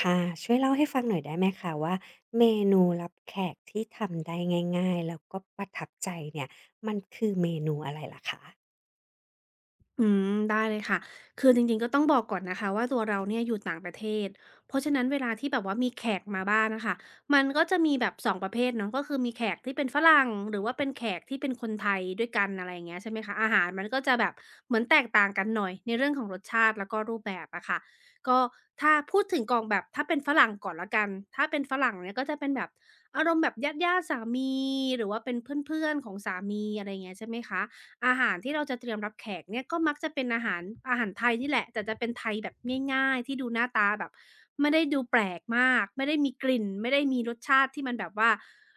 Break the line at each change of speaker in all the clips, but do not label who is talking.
ค่ะช่วยเล่าให้ฟังหน่อยได้ไหมคะว่าเมนูรับแขกที่ทำได้ง่ายๆแล้วก็ประทับใจเนี่ยมันคือเมนูอะไรล่ะคะ
อืมได้เลยค่ะคือจริงๆก็ต้องบอกก่อนนะคะว่าตัวเราเนี่ยอยู่ต่างประเทศเพราะฉะนั้นเวลาที่แบบว่ามีแขกมาบ้านน่ะค่ะมันก็จะมีแบบสองประเภทเนาะก็คือมีแขกที่เป็นฝรั่งหรือว่าเป็นแขกที่เป็นคนไทยด้วยกันอะไรอย่างเงี้ยใช่ไหมคะอาหารมันก็จะแบบเหมือนแตกต่างกันหน่อยในเรื่องของรสชาติแล้วก็รูปแบบอะค่ะก็ถ้าพูดถึงกองแบบถ้าเป็นฝรั่งก่อนแล้วกันถ้าเป็นฝรั่งเนี่ยก็จะเป็นแบบอารมณ์แบบญาติๆสามีหรือว่าเป็นเพื่อนๆของสามีอะไรอย่างเงี้ยใช่ไหมคะ อาหารที่เราจะเตรียมรับแขกเนี่ยก็มักจะเป็นอาหารไทยนี่แหละแต่จะเป็นไทยแบบง่ายๆที่ดูหน้าตาแบบไม่ได้ดูแปลกมากไม่ได้มีกลิ่นไม่ได้มีรสชาติที่มันแบบว่า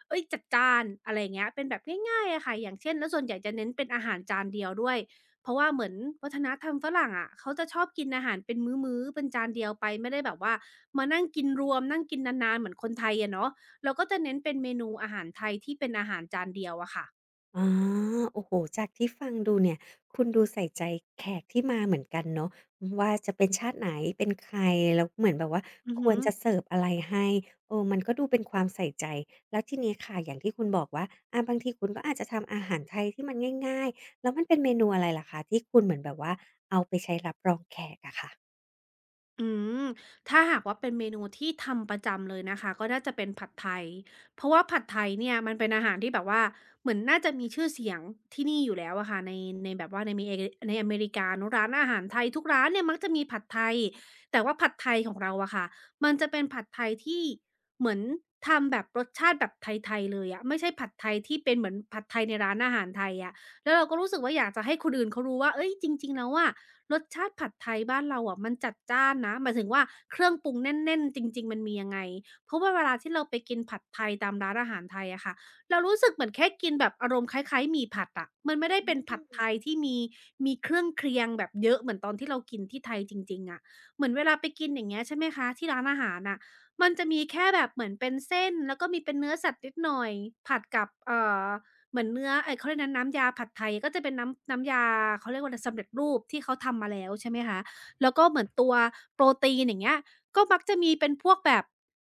เฮ้ยจัดจ้านอะไรอย่างเงี้ยเป็นแบบง่ายๆอะค่ะอย่างเช่นแล้วส่วนใหญ่จะเน้นเป็นอาหารจานเดียวด้วยเพราะว่าเหมือนวัฒนธรรมฝรั่งอะเขาจะชอบกินอาหารเป็นมื้อๆเป็นจานเดียวไปไม่ได้แบบว่ามานั่งกินรวมนั่งกินนานๆเหมือนคนไทยอะเนาะเราก็จะเน้นเป็นเมนูอาหารไทยที่เป็นอาหารจานเดียวอะค่ะ
อ๋อโอ้โฮจากที่ฟังดูเนี่ยคุณดูใส่ใจแขกที่มาเหมือนกันเนาะว่าจะเป็นชาติไหนเป็นใครแล้วเหมือนแบบว่า
อือ
คว
ฮึ
รจะเสิร์ฟอะไรให้เออมันก็ดูเป็นความใส่ใจแล้วทีนี้ค่ะอย่างที่คุณบอกว่าอาบางทีคุณก็อาจจะทำอาหารไทยที่มันง่ายๆแล้วมันเป็นเมนูอะไรล่ะคะที่คุณเหมือนแบบว่าเอาไปใช้รับรองแขกอะค่ะ
อืมถ้าหากว่าเป็นเมนูที่ทำประจำเลยนะคะก็น่าจะเป็นผัดไทยเพราะว่าผัดไทยเนี่ยมันเป็นอาหารที่แบบว่าเหมือนน่าจะมีชื่อเสียงที่นี่อยู่แล้วอะค่ะในในแบบว่าในมีเอในอเมริกาเนาะร้านอาหารไทยทุกร้านเนี่ยมักจะมีผัดไทยแต่ว่าผัดไทยของเราอะค่ะมันจะเป็นผัดไทยที่เหมือนทำแบบรสชาติแบบไทยๆเลยอะไม่ใช่ผัดไทยที่เป็นเหมือนผัดไทยในร้านอาหารไทยอะแล้วเราก็รู้สึกว่าอยากจะให้คนอื่นเขารู้ว่าเอ้ยจริงๆแล้วอะ รสชาติผัดไทยบ้านเราอะมันจัดจ้านนะหมายถึงว่าเครื่องปรุงแน่นๆจริงๆมันมียังไงเพราะว่าเวลาที่เราไปกินผัดไทยตามร้านอาหารไทยอะค่ะเรารู้สึกเหมือนแค่กินแบบอารมณ์คล้ายๆหมี่ผัดอะมันไม่ได้
อื
เป็นผัด
ม
ไทยที่มีเครื่องเคียงแบบเยอะเหมือนตอนที่เรากินที่ไทยจริงๆอะเหมือนเวลาไปกินอย่างเงี้ยใช่ไหมคะที่ร้านอาหารน่ะมันจะมีแค่แบบเหมือนเป็นเส้นแล้วก็มีเป็นเนื้อสัตว์นิดหน่อยผัดกับอ เหมือนเนื้อไอ้เขาเรียกนะน้ำยาผัดไทยก็จะเป็นน้ำยาเขาเรียกว่าไรสำเร็จรูปที่เขาทำมาแล้วใช่ไหมคะแล้วก็เหมือนตัวโปรตีนอย่างเงี้ยก็มักจะมีเป็นพวกแบบ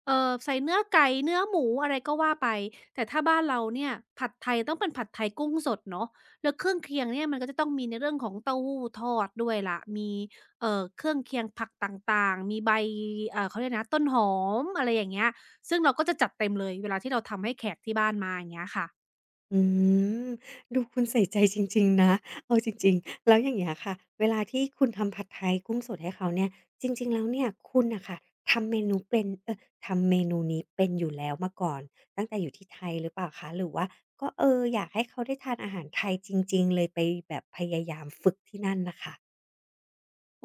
ใส่เนื้อไก่เนื้อหมูอะไรก็ว่าไปแต่ถ้าบ้านเราเนี่ยผัดไทยต้องเป็นผัดไทยกุ้งสดเนาะแล้วเครื่องเคียงเนี่ยมันก็จะต้องมีในเรื่องของเต้าหู้ทอดด้วยล่ะมีเครื่องเคียงผักต่างๆมีใบเขาเรียกนะต้นหอมอะไรอย่างเงี้ยซึ่งเราก็จะจัดเต็มเลยเวลาที่เราทำให้แขกที่บ้านมาอย่างเงี้ยค่ะ
อืมดูคุณใส่ใจจริงๆนะเอาจริงๆแล้วอย่างเงี้ยค่ะเวลาที่คุณทำผัดไทยกุ้งสดให้เขาเนี่ยจริงๆแล้วเนี่ยคุณน่ะค่ะทำเมนูเป็นทำเมนูนี้เป็นอยู่แล้วมาก่อนตั้งแต่อยู่ที่ไทยหรือเปล่าคะหรือว่าก็เอออยากให้เขาได้ทานอาหารไทยจริงๆเลยไปแบบพยายามฝึกที่นั่นน่ะค่ะ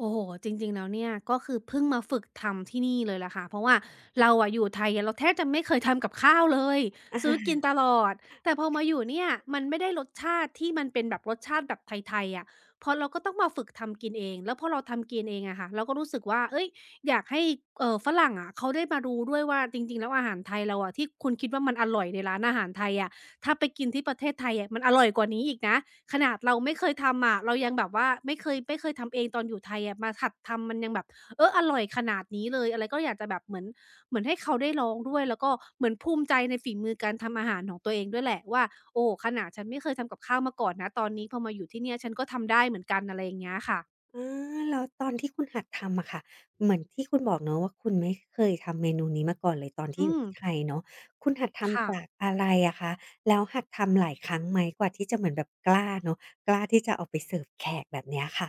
โอ้โหจริงๆแล้วเนี่ยก็คือเพิ่งมาฝึกทำที่นี่เลยแหละค่ะเพราะว่าเราอะอยู่ไทยอะเราแทบจะไม่เคยทำกับข้าวเลย
อะ
ซื้อ
ฮะ
กินตลอดแต่พอมาอยู่เนี่ยมันไม่ได้รสชาติที่มันเป็นแบบรสชาติแบบไทยๆอะพอเราก็ต้องมาฝึกทำกินเองแล้วพอเราทำกินเองอะค่ะเราก็รู้สึกว่าเฮ้ยอยากให้ฝรั่งอะเขาได้มารู้ด้วยว่าจริงๆแล้วอาหารไทยเราอะที่คุณคิดว่ามันอร่อยในร้านอาหารไทยอะถ้าไปกินที่ประเทศไทยอะมันอร่อยกว่านี้อีกนะ ขนาดเราไม่เคยทำอะเรายังแบบว่าไม่เคยทำเองตอนอยู่ไทยอะมาหัดทำมันยังแบบเอออร่อยขนาดนี้เลยอะไรก็อยากจะแบบเหมือนให้เขาได้ลองด้วยแล้วก็เหมือนภูมิใจในฝีมือการทำอาหารของตัวเองด้วยแหละว่าโอ้ขนาดฉันไม่เคยทำกับข้าวมาก่อนนะตอนนี้พอมาอยู่ที่เนี่ยฉันก็ทำได้เหมือนกันอะไรอย่างเงี้ยค่ะ
อาแล้วตอนที่คุณหัดทำอะค่ะเหมือนที่คุณบอกเนาะว่าคุณไม่เคยทำเมนูนี้มาก่อนเลยตอนที่อ
อื
ยู่
ม
ที่ไทยเนาะคุณหัด
ค่ะ
ทำจากอะไรอะคะแล้วหัดทำหลายครั้งไหมกว่าที่จะเหมือนแบบกล้าเนาะกล้าที่จะเอาไปเสิร์ฟแขกแบบเนี้ยค่ะ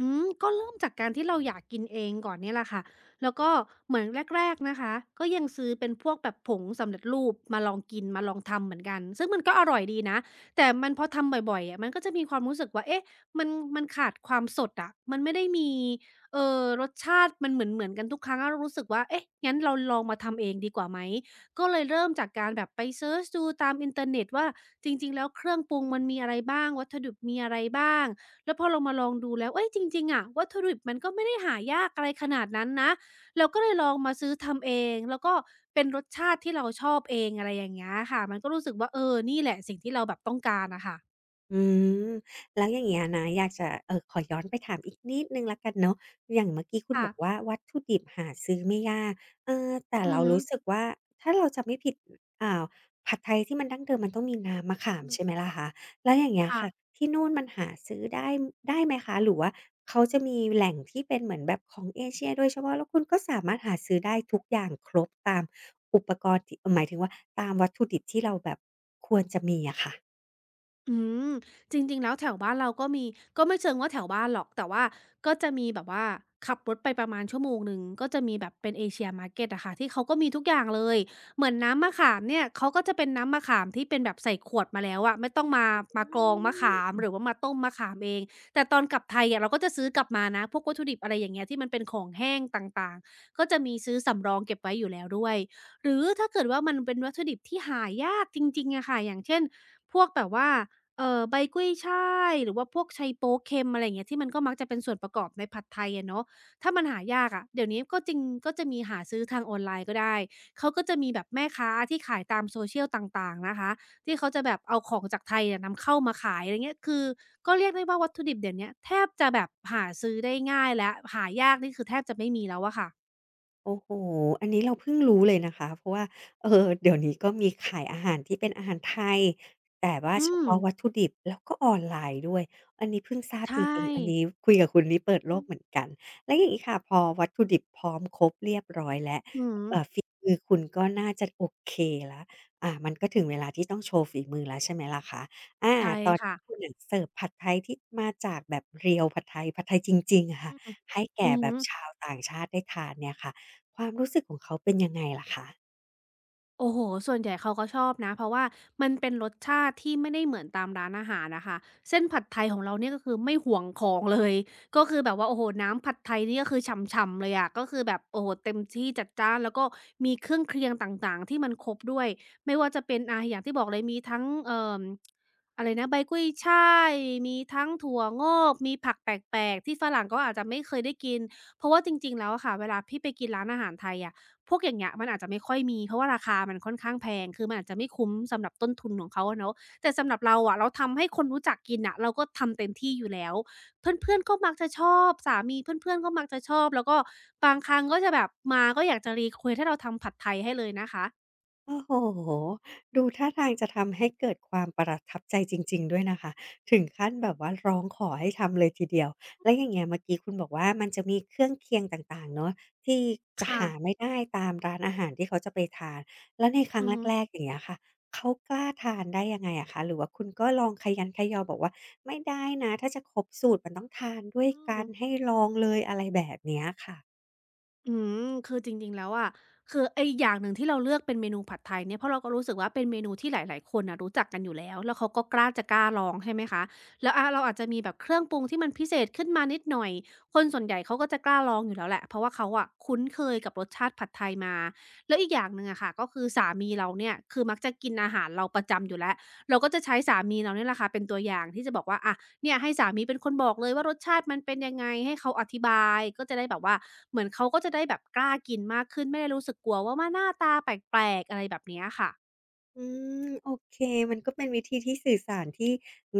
อืมก็เริ่มจากการที่เราอยากกินเองก่อนเนี่ยแหละค่ะแล้วก็เหมือนแรกๆนะคะก็ยังซื้อเป็นพวกแบบผงสำเร็จรูปมาลองกินมาลองทำเหมือนกันซึ่งมันก็อร่อยดีนะแต่มันพอทำบ่อยๆอะมันก็จะมีความรู้สึกว่าเอ๊ะมันมันขาดความสดอะมันไม่ได้มีรสชาติมันเหมือนๆกันทุกครั้งแล้วเรารู้สึกว่าเอ๊ะงั้นเราลองมาทำเองดีกว่าไหมก็เลยเริ่มจากการแบบไปเซิร์ชดูตามอินเทอร์เน็ตว่าจริงๆแล้วเครื่องปรุงมันมีอะไรบ้างวัตถุดิบมีอะไรบ้าง แล้วพอเรามาลองดูแล้วเอ้ยจริงๆอะวัตถุดิบมันก็ไม่ได้หายากอะไรขนาดนั้นนะเราก็เลยลองมาซื้อทำเองแล้วก็เป็นรสชาติที่เราชอบเองอะไรอย่างเงี้ยค่ะ มันก็รู้สึกว่าเออ นี่แหละสิ่งที่เราแบบต้องการอะค่ะ
อืมแล้วอย่างเงี้ยนะอยากจะขอย้อนไปถามอีกนิดหนึ่งแล้วกันเนาะอย่างเมื่อกี้คุณ
ค่ะ
บอกว่าวัตถุดิบหาซื้อไม่ยากเออแต่
อือ
เรา
ฮึ
รู้สึกว่าถ้าเราจำไม่ผิดอ่าผัดไทยที่มันดั้งเดิมมันต้องมีน้ำมะขา
อื
มใช่ไหม
ม
ล่ะคะแล้วอย่างเงี้ยค่ะ
ค่ะ
ที่นู่นมันหาซื้อได้ได้ไหมคะหรือว่าเขาจะมีแหล่งที่เป็นเหมือนแบบของเอเชียโดยเฉพาะแล้วคุณก็สามารถหาซื้อได้ทุกอย่างครบตามอุปกรณ์ที่หมายถึงว่าตามวัตถุดิบที่เราแบบควรจะมีอะค่ะ
อืมจริงๆแล้วแถวบ้านเราก็มีก็ไม่เชิงว่าแถวบ้านหรอกแต่ว่าก็จะมีแบบว่าขับรถไปประมาณชั่วโมงหนึ่งก็จะมีแบบเป็น Asia Market อะค่ะที่เขาก็มีทุกอย่างเลยเหมือนน้ำมะขามเนี่ยเขาก็จะเป็นน้ำมะขามที่เป็นแบบใส่ขวดมาแล้วอะไม่ต้องมา
อ
มากรองมะขาม
ืม
หรือว่ามาต้มมะขามเองแต่ตอนกลับไทยอะเราก็จะซื้อกลับมานะพวกวัตถุดิบอะไรอย่างเงี้ยที่มันเป็นของแห้งต่างๆก็จะมีซื้อสำรองเก็บไว้อยู่แล้วด้วยหรือถ้าเกิดว่ามันเป็นวัตถุดิบที่หายากจริงๆอะค่ะอย่างเช่นพวกแบบว่า ใบกุ้ยช่ายหรือว่าพวกไชโป๊วเค็มอะไรอย่างเงี้ยที่มันก็มักจะเป็นส่วนประกอบในผัดไทยอะเนาะถ้ามันหายากอะเดี๋ยวนี้ก็จริงก็จะมีหาซื้อทางออนไลน์ก็ได้เขาก็จะมีแบบแม่ค้าที่ขายตาม social ต่างๆนะคะที่เขาจะแบบเอาของจากไทยอะนำเข้ามาขายอะไรเงี้ยคือก็เรียกได้ว่าวัตถุดิบเดี๋ยวเนี้ยแทบจะแบบหาซื้อได้ง่ายแล้วหายากนี่คือแทบจะไม่มีแล้วอะค่ะ
โอ้โห อันนี้เราเพิ่งรู้เลยนะคะเพราะว่า เออ เดี๋ยวนี้ก็มีขายอาหารที่เป็นอาหารไทยแต่ว่า
อื
เฉ
ม
พาะวัตถุดิบแล้วก็ออนไลน์ด้วย อันนี้เพิ่งทราบจ
ใช่
ริงๆ อันนี้คุยกับคุณนี่เปิดโล
อือ
กเหมือนกันแล้วอย่างงี้ค่ะพอวัตถุดิบพร้อมครบเรียบร้อยแล้ว
อือฮึ
ฝีมือคุณก็น่าจะโอเคแล้วมันก็ถึงเวลาที่ต้องโชว์ฝีมือแล้วใช่ไหมล่ะคะอา
ใช่
ตอน
ค่ะ
ที่คุณน่ะเสิร์ฟผัดไทยที่มาจากแบบเรียวผัดไทยจริงๆอะค่ะ
อืม
ให้
อื
แก่
อ
แบ
ฮึ
บชาวต่างชาติได้ทานเนี่ยค่ะ ความรู้สึกของเขาเป็นยังไงล่ะคะ
โอ้โฮส่วนใหญ่เขาก็ชอบนะ เพราะว่ามันเป็นรสชาติที่ไม่ได้เหมือนตามร้านอาหารนะค่ะเส้นผัดไทยของเราเนี่ยก็คือไม่ห่วงของเลย ก็คือแบบว่าโอ้โฮน้ำผัดไทยนี่ก็คือฉ่ำๆเลยอะก็คือแบบโอ้โฮเต็มที่จัดจ้านแล้วก็มีเครื่องเคียงต่างๆที่มันครบด้วย ไม่ว่าจะเป็นอาอย่างที่บอกเลยมีทั้งอะไรนะใบกุ้ยฉ่ายมีทั้งถั่วงอกมีผักแปลกๆที่ฝรั่งก็อาจจะไม่เคยได้กิน เพราะว่าจริงๆแล้วอะค่ะเวลาพี่ไปกินร้านอาหารไทยอะ พวกอย่างเงี้ยมันอาจจะไม่ค่อยมีเพราะว่าราคามันค่อนข้างแพงคือมันอาจจะไม่คุ้มสำหรับต้นทุนของเขาอะเนาะแต่สำหรับเราอะเราทำให้คนรู้จักกินน่ะเราก็ทำเต็มที่อยู่แล้วเพื่อนๆก็มักจะชอบสามีเพื่อนๆก็มักจะชอบแล้วก็บางครั้งก็จะแบบมาก็อยากจะรีเควสต์ให้เราทำผัดไทยให้เลยนะคะ
โอ้โฮดูท่าทางจะทำให้เกิดความประทับใจจริงๆด้วยนะคะ ถึงขั้นแบบว่าร้องขอให้ทำเลยทีเดียวแล้วอย่างเงี้ยเมื่อกี้คุณบอกว่ามันจะมีเครื่องเคียงต่างๆเนาะที่จะหา
ค่ะ
ไม่ได้ตามร้านอาหารที่เขาจะไปทาน แล้วในครั้ง
อือฮึ
แรกๆอย่างเงี้ยค่ะ เขากล้าทานได้ยังไงอะคะหรือว่าคุณก็ลองคะยันคะยอบอกว่าไม่ได้นะถ้าจะครบสูตรมันต้องทานด้วย
อื
กั
ม
นให้ลองเลยอะไรแบบเนี้ยค่ะ
อืมคือจริงๆแล้วอะคือไอ้อย่างหนึ่งที่เราเลือกเป็นเมนูผัดไทยเนี่ยเพราะเราก็รู้สึกว่าเป็นเมนูที่หลายๆคนน่ะรู้จักกันอยู่แล้วแล้วเขาก็กล้าจะกล้าลองใช่ไหมคะแล้วอาเราอาจจะมีแบบเครื่องปรุงที่มันพิเศษขึ้นมานิดหน่อยคนส่วนใหญ่เขาก็จะกล้าลองอยู่แล้วแหละเพราะว่าเขาอะคุ้นเคยกับรสชาติผัดไทยมาแล้วอีกอย่างหนึ่งอะค่ะก็คือสามีเราเนี่ยคือมักจะกินอาหารเราประจำอยู่แล้วเราก็จะใช้สามีเราเนี่ยแหละค่ะเป็นตัวอย่างที่จะบอกว่าอะ เนี่ยให้สามีเป็นคนบอกเลยว่ารสชาติมันเป็นยังไงให้เขาอธิบายก็จะได้แบบว่าเหมือนเขาก็จะได้แบบกล้ากินมากขึ้นไม่ได้รู้สึกกลัวว่าหน้าตาแปลกๆอะไรแบบเนี้ยค่ะ
อืมโอเคมันก็เป็นวิธีที่สื่อสารที่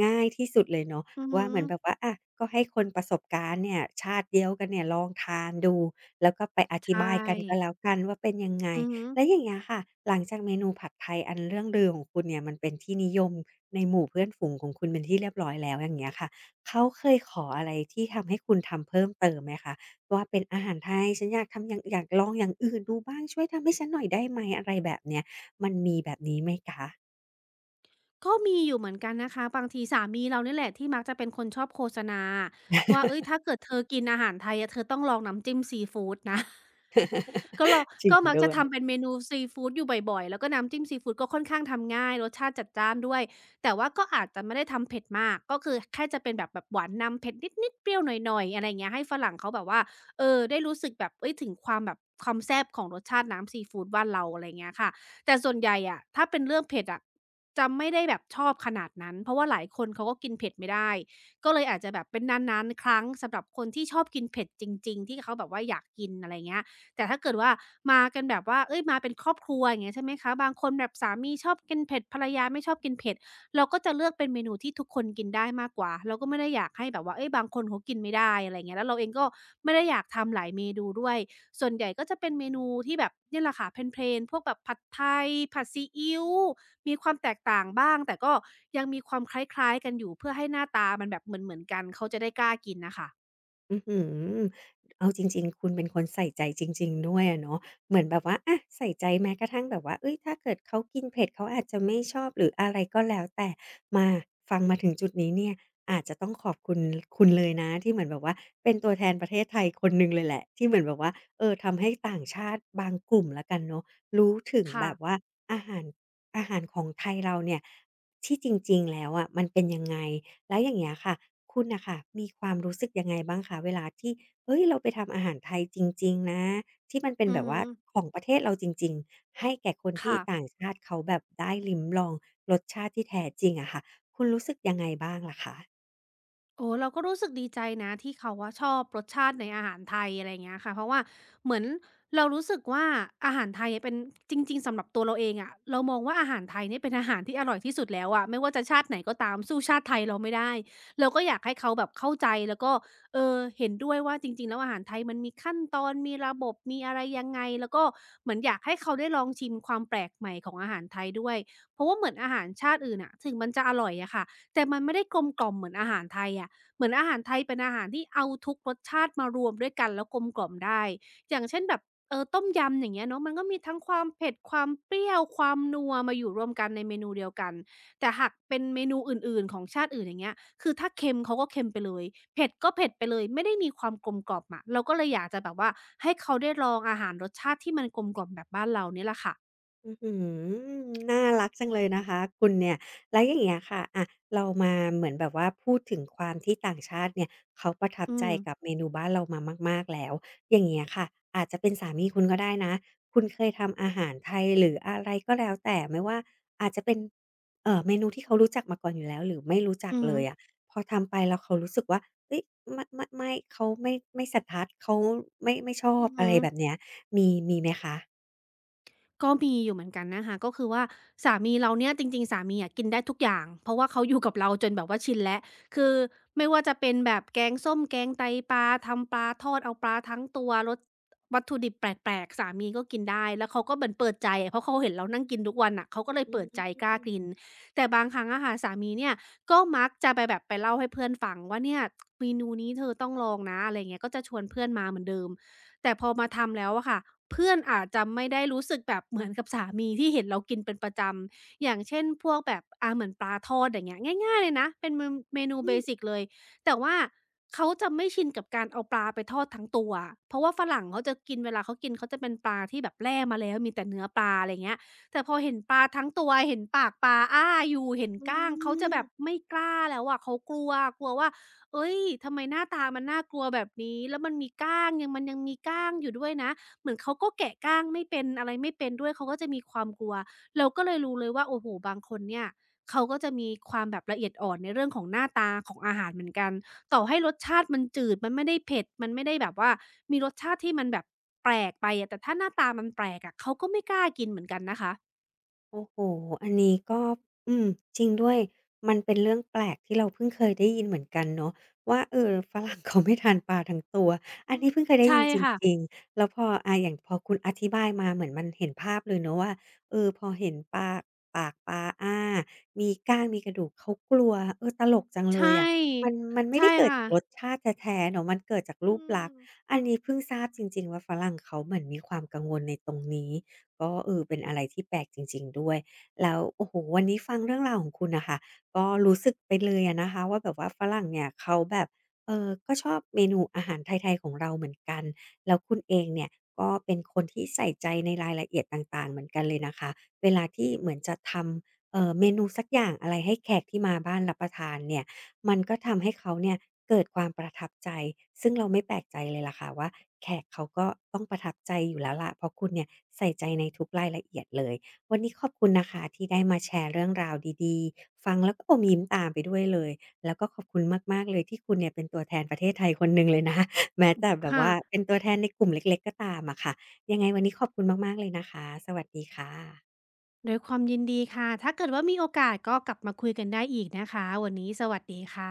ง่ายที่สุดเลยเนาะ
อือฮึ
ว่าเหมือนแบบว่าอะก็ให้คนประสบการณ์เนี่ยชาติเดียวกันเนี่ยลองทานดูแล้วก็ไปอธิ
ใช่
บายกันก็แล้วกันว่าเป็นยังไง
อือฮึ
แล้วอย่างเงี้ยค่ะหลังจากเมนูผัดไทยอันเรื่องลือของคุณเนี่ยมันเป็นที่นิยมในหมู่เพื่อนฝูงของคุณเป็นที่เรียบร้อยแล้วอย่างเงี้ยค่ะเขาเคยขออะไรที่ทำให้คุณทำเพิ่มเติมไหมคะว่าเป็นอาหารไทยฉันอยากทำอย่างอยากลองอย่างอื่นดูบ้างช่วยทำให้ฉันหน่อยได้ไหมอะไรแบบเนี้ยมีไหมคะ
ก็มีอยู่เหมือนกันนะคะบางทีสามีเราเนี่ยแหละที่มักจะเป็นคนชอบโฆษณาว่าเฮ้ยถ้าเกิดเธอกินอาหารไทยอะเธอต้องลองน้ำจิ้มซีฟูดนะ ก็เรา
จริง
ก็มัก
ด้
จะ
ว
ทำ
ย
เป็นเมนูซีฟูดอยู่บ่อยๆแล้วก็น้ำจิ้มซีฟูดก็ค่อนข้างทำง่ายรสชาติจัดจ้านด้วยแต่ว่าก็อาจจะไม่ได้ทำเผ็ดมากก็คือแค่จะเป็นแบบหวานนำเผ็ดนิดๆเปรี้ยวหน่อยๆอะไรอย่างเงี้ยให้ฝรั่งเขาแบบว่าเออได้รู้สึกแบบเฮ้ยถึงความแบบความแซ่บของรสชาติน้ำซีฟูดบ้านเราอะไรอย่างเงี้ยค่ะแต่ส่วนใหญ่อะถ้าเป็นเรื่องเผ็ดอะจะไม่ได้แบบชอบขนาดนั้นเพราะว่าหลายคนเขาก็กินเผ็ดไม่ได้ก็เลยอาจจะแบบเป็นนานๆครั้งสำหรับคนที่ชอบกินเผ็ดจริงๆที่เขาแบบว่าอยากกินอะไรอย่างเงี้ย แต่ถ้าเกิดว่ามากันแบบว่าเอ้ยมาเป็นครอบครัวอย่างเงี้ยใช่ไหมคะบางคนแบบสามีชอบกินเผ็ดภรรยาไม่ชอบกินเผ็ดเราก็จะเลือกเป็นเมนูที่ทุกคนกินได้มากกว่าเราก็ไม่ได้อยากให้แบบว่าเฮ้ยบางคนเขากินไม่ได้อะไรอย่างเงี้ยแล้วเราเองก็ไม่ได้อยากทำหลายเมนูด้วยส่วนใหญ่ก็จะเป็นเมนูที่แบบเนี่ยแหละค่ะเพลนๆพวกแบบผัดไทยผัดซีอิ๊วมีความแตกต่างบ้างแต่ก็ยังมีความคล้ายๆกันอยู่เพื่อให้หน้าตามันแบบเหมือนๆกันเขาจะได้กล้ากินน่ะค่ะ
อื้อฮือเอาจริงๆ คุณเป็นคนใส่ใจจริงๆด้วยอะเนาะเหมือนแบบว่าอะใส่ใจแม้กระทั่งแบบว่าเฮ้ยถ้าเกิดเขากินเผ็ดเขาอาจจะไม่ชอบหรืออะไรก็แล้วแต่มาฟังมาถึงจุดนี้เนี่ยอาจจะต้องขอบคุณคุณเลยนะที่เหมือนแบบว่าเป็นตัวแทนประเทศไทยคนหนึ่งเลยแหละที่เหมือนแบบว่าเออทำให้ต่างชาติบางกลุ่มแล้วกันเนาะรู้ถึงแบ
ค่ะ
บว่าอาหารอาหารของไทยเราเนี่ยที่จริงๆแล้วอะมันเป็นยังไง แล้วอย่างเงี้ยค่ะคุณน่ะค่ะมีความรู้สึกยังไงบ้างคะเวลาที่เฮ้ยเราไปทำอาหารไทยจริงๆนะ ที่มันเป็น
อื
แบ
อ
บ
ฮึ
ว่าของประเทศเราจริงๆ ให้แก่คนที่
ค่ะ
ต่างชาติเขาแบบได้ลิ้มลองรสชาติที่แท้จริงอะค่ะคุณรู้สึกยังไงบ้างล่ะคะ
โอ้เราก็รู้สึกดีใจนะที่เขาว่าชอบรสชาติในอาหารไทยอะไรอย่างเงี้ยค่ะเพราะว่าเหมือนเรารู้สึกว่าอาหารไทยเป็นจริงๆสำหรับตัวเราเองอะเรามองว่าอาหารไทยเนี่ยเป็นอาหารที่อร่อยที่สุดแล้วอะไม่ว่าจะชาติไหนก็ตามสู้ชาติไทยเราไม่ได้เราก็อยากให้เขาแบบเข้าใจแล้วก็เห็นด้วยว่าจริงๆแล้วอาหารไทยมันมีขั้นตอนมีระบบมีอะไรยังไงแล้วก็เหมือนอยากให้เขาได้ลองชิมความแปลกใหม่ของอาหารไทยด้วยเพราะว่าเหมือนอาหารชาติอื่นน่ะถึงมันจะอร่อยอะค่ะแต่มันไม่ได้กลมกล่อมเหมือนอาหารไทยอะ เหมือนอาหารไทยเป็นอาหารที่เอาทุกรสชาติมารวมด้วยกันแล้วกลมกล่อมได้ อย่างเช่นแบบต้มยำอย่างเงี้ยเนาะมันก็มีทั้งความเผ็ดความเปรี้ยวความนัวมาอยู่รวมกันในเมนูเดียวกันแต่หากเป็นเมนูอื่นๆของชาติอื่นอย่างเงี้ยคือถ้าเค็มเขาก็เค็มไปเลยเผ็ดก็เผ็ดไปเลยไม่ได้มีความกลมกล่อมอะเราก็เลยอยากจะแบบว่าให้เขาได้ลองอาหารรสชาติที่มันกลมกล่อมแบบบ้านเราเนี่ยแหละค่ะ
อื้อฮือน่ารักจังเลยนะคะคุณเนี่ยแล้วอย่างเงี้ยค่ะอะเรามาเหมือนแบบว่าพูดถึงความที่ต่างชาติเนี่ยเขาประทับ
อื
ใจ
ม
กับเมนูบ้านเรามามากๆแล้วอย่างเงี้ยค่ะอาจจะเป็นสามีคุณก็ได้นะคุณเคยทำอาหารไทยหรืออะไรก็แล้วแต่ไม่ว่าอาจจะเป็นเมนูที่เขารู้จักมาก่อนอยู่แล้วหรือไม่รู้จัก
อือ
เล
ฮึ
ยอะพอทำไปแล้วเขารู้สึกว่าเฮ้ยไม่เขาไม่สัทัดเขาไม่ชอ
อื
บ
อ
อะ
ฮึ
ไรแบบเนี้ยมีไหมคะ
ก็มีอยู่เหมือนกันนะคะก็คือว่าสามีเราเนี่ยจริงๆสามีอะกินได้ทุกอย่างเพราะว่าเขาอยู่กับเราจนแบบว่าชินแล้วคือไม่ว่าจะเป็นแบบแกงส้มแกงไตปลาปลาทอดเอาปลาทั้งตัวรสวัตถุดิบแปลกๆสามีก็กินได้แล้วเขาก็เหมือนเปิดใจอะเพราะเขาเห็นเรานั่งกินทุกวันน่ะเขาก็เลย
อื
เปิดใจกล้ากิน
ม
แต่บางครั้งอะค่ะสามีเนี่ยก็มักจะไปแบบไปเล่าให้เพื่อนฟังว่าเนี่ยเมนูนี้เธอต้องลองนะอะไรอย่างเงี้ยก็จะชวนเพื่อนมาเหมือนเดิมแต่พอมาทำแล้วอะค่ะ เพื่อนอาจจะไม่ได้รู้สึกแบบเหมือนกับสามีที่เห็นเรากินเป็นประจำอย่างเช่นพวกแบบเหมือนปลาทอดอย่างเงี้ยง่ายๆเลยนะเป็นเมนูเบสิกเลยแต่ว่าเขาจะไม่ชินกับการเอาปลาไปทอดทั้งตัวอะเพราะว่าฝรั่งเขาจะกินเวลาเขากินเขาจะเป็นปลาที่แบบแล่มาแล้วมีแต่เนื้อปลาอะไรเงี้ยแต่พอเห็นปลาทั้งตัวเห็นปากปลาอ้าอยู่เห็น
อื
ก้างเขาจะ
ม
แบบไม่กล้าแล้วอะเขากลัวกลัวว่าเฮ้ยทำไมหน้าตามันน่ากลัวแบบนี้แล้วมันมีก้างยังมีก้างอยู่ด้วยนะ เหมือนเขาก็แกะก้างไม่เป็นอะไรไม่เป็นด้วยเขาก็จะมีความกลัวเราก็เลยรู้เลยว่าโอ้โฮบางคนเนี่ยเขาก็จะมีความแบบละเอียดอ่อนในเรื่องของหน้าตาของอาหารเหมือนกันต่อให้รสชาติมันจืดมันไม่ได้เผ็ดมันไม่ได้แบบว่ามีรสชาติที่มันแบบแปลกไปอะแต่ถ้าหน้าตามันแปลกอะเขาก็ไม่กล้ากินเหมือนกันนะคะ
โอ้โหอันนี้ก็อืมจริงด้วยมันเป็นเรื่องแปลกที่เราเพิ่งเคยได้ยินเหมือนกันเนาะว่าเออฝรั่งเขาไม่ทานปลาทั้งตัว
อื
อันนี้
ม
เพิ่งเคยได้
ใช่
ยินจ
ค่ะ
ริงๆแล้วพออาอย่างพอคุณอธิบายมาเหมือนมันเห็นภาพเลยเนาะว่าเออพอเห็นปากปลาอ้ามีก้างมีกระดูกเขากลัวเออตลกจังเล
ใช่
ยอะมันไม่ได้
ใช่
เกิด
ค่ะ
จากรสชาติแท้ๆเนาะมันเกิดจาก
อื
รูปลักษณ์
ม
อันนี้เพิ่งทราบจริงๆว่าฝรั่งเขาเหมือนมีความกังวลในตรงนี้ ก็เออเป็นอะไรที่แปลกจริงๆด้วยแล้วโอ้โฮวันนี้ฟังเรื่องราวของคุณน่ะค่ะก็รู้สึกไปเลยอะนะคะว่าแบบว่าฝรั่งเนี่ยเขาแบบก็ชอบเมนูอาหารไทยๆของเราเหมือนกันแล้วคุณเองเนี่ยก็เป็นคนที่ใส่ใจในรายละเอียดต่างๆเหมือนกันเลยนะคะเวลาที่เหมือนจะทำเมนูสักอย่างอะไรให้แขกที่มาบ้านรับประทานเนี่ย มันก็ทำให้เขาเนี่ยเกิดความประทับใจซึ่งเราไม่แปลกใจเลยล่ะค่ะว่าแขกเขาก็ต้องประทับใจอยู่แล้วล่ะเพราะคุณเนี่ยใส่ใจในทุกรายละเอียดเลยวันนี้ขอบคุณนะคะที่ได้มาแชร์เรื่องราวดีๆฟังแล้วก็อมยิ้มตามไปด้วยเลยแล้วก็ขอบคุณมากๆเลยที่คุณเนี่ยเป็นตัวแทนประเทศไทยคนหนึ่งเลยนะ แม้แต่แบบว่า
ค่ะ
เป็นตัวแทนในกลุ่มเล็กๆก็ตามอะค่ะยังไงวันนี้ขอบคุณมากๆเลยนะคะสวัสดีค่ะ
ด้วยความยินดีค่ะถ้าเกิดว่ามีโอกาสก็กลับมาคุยกันได้อีกนะคะวันนี้สวัสดีค่ะ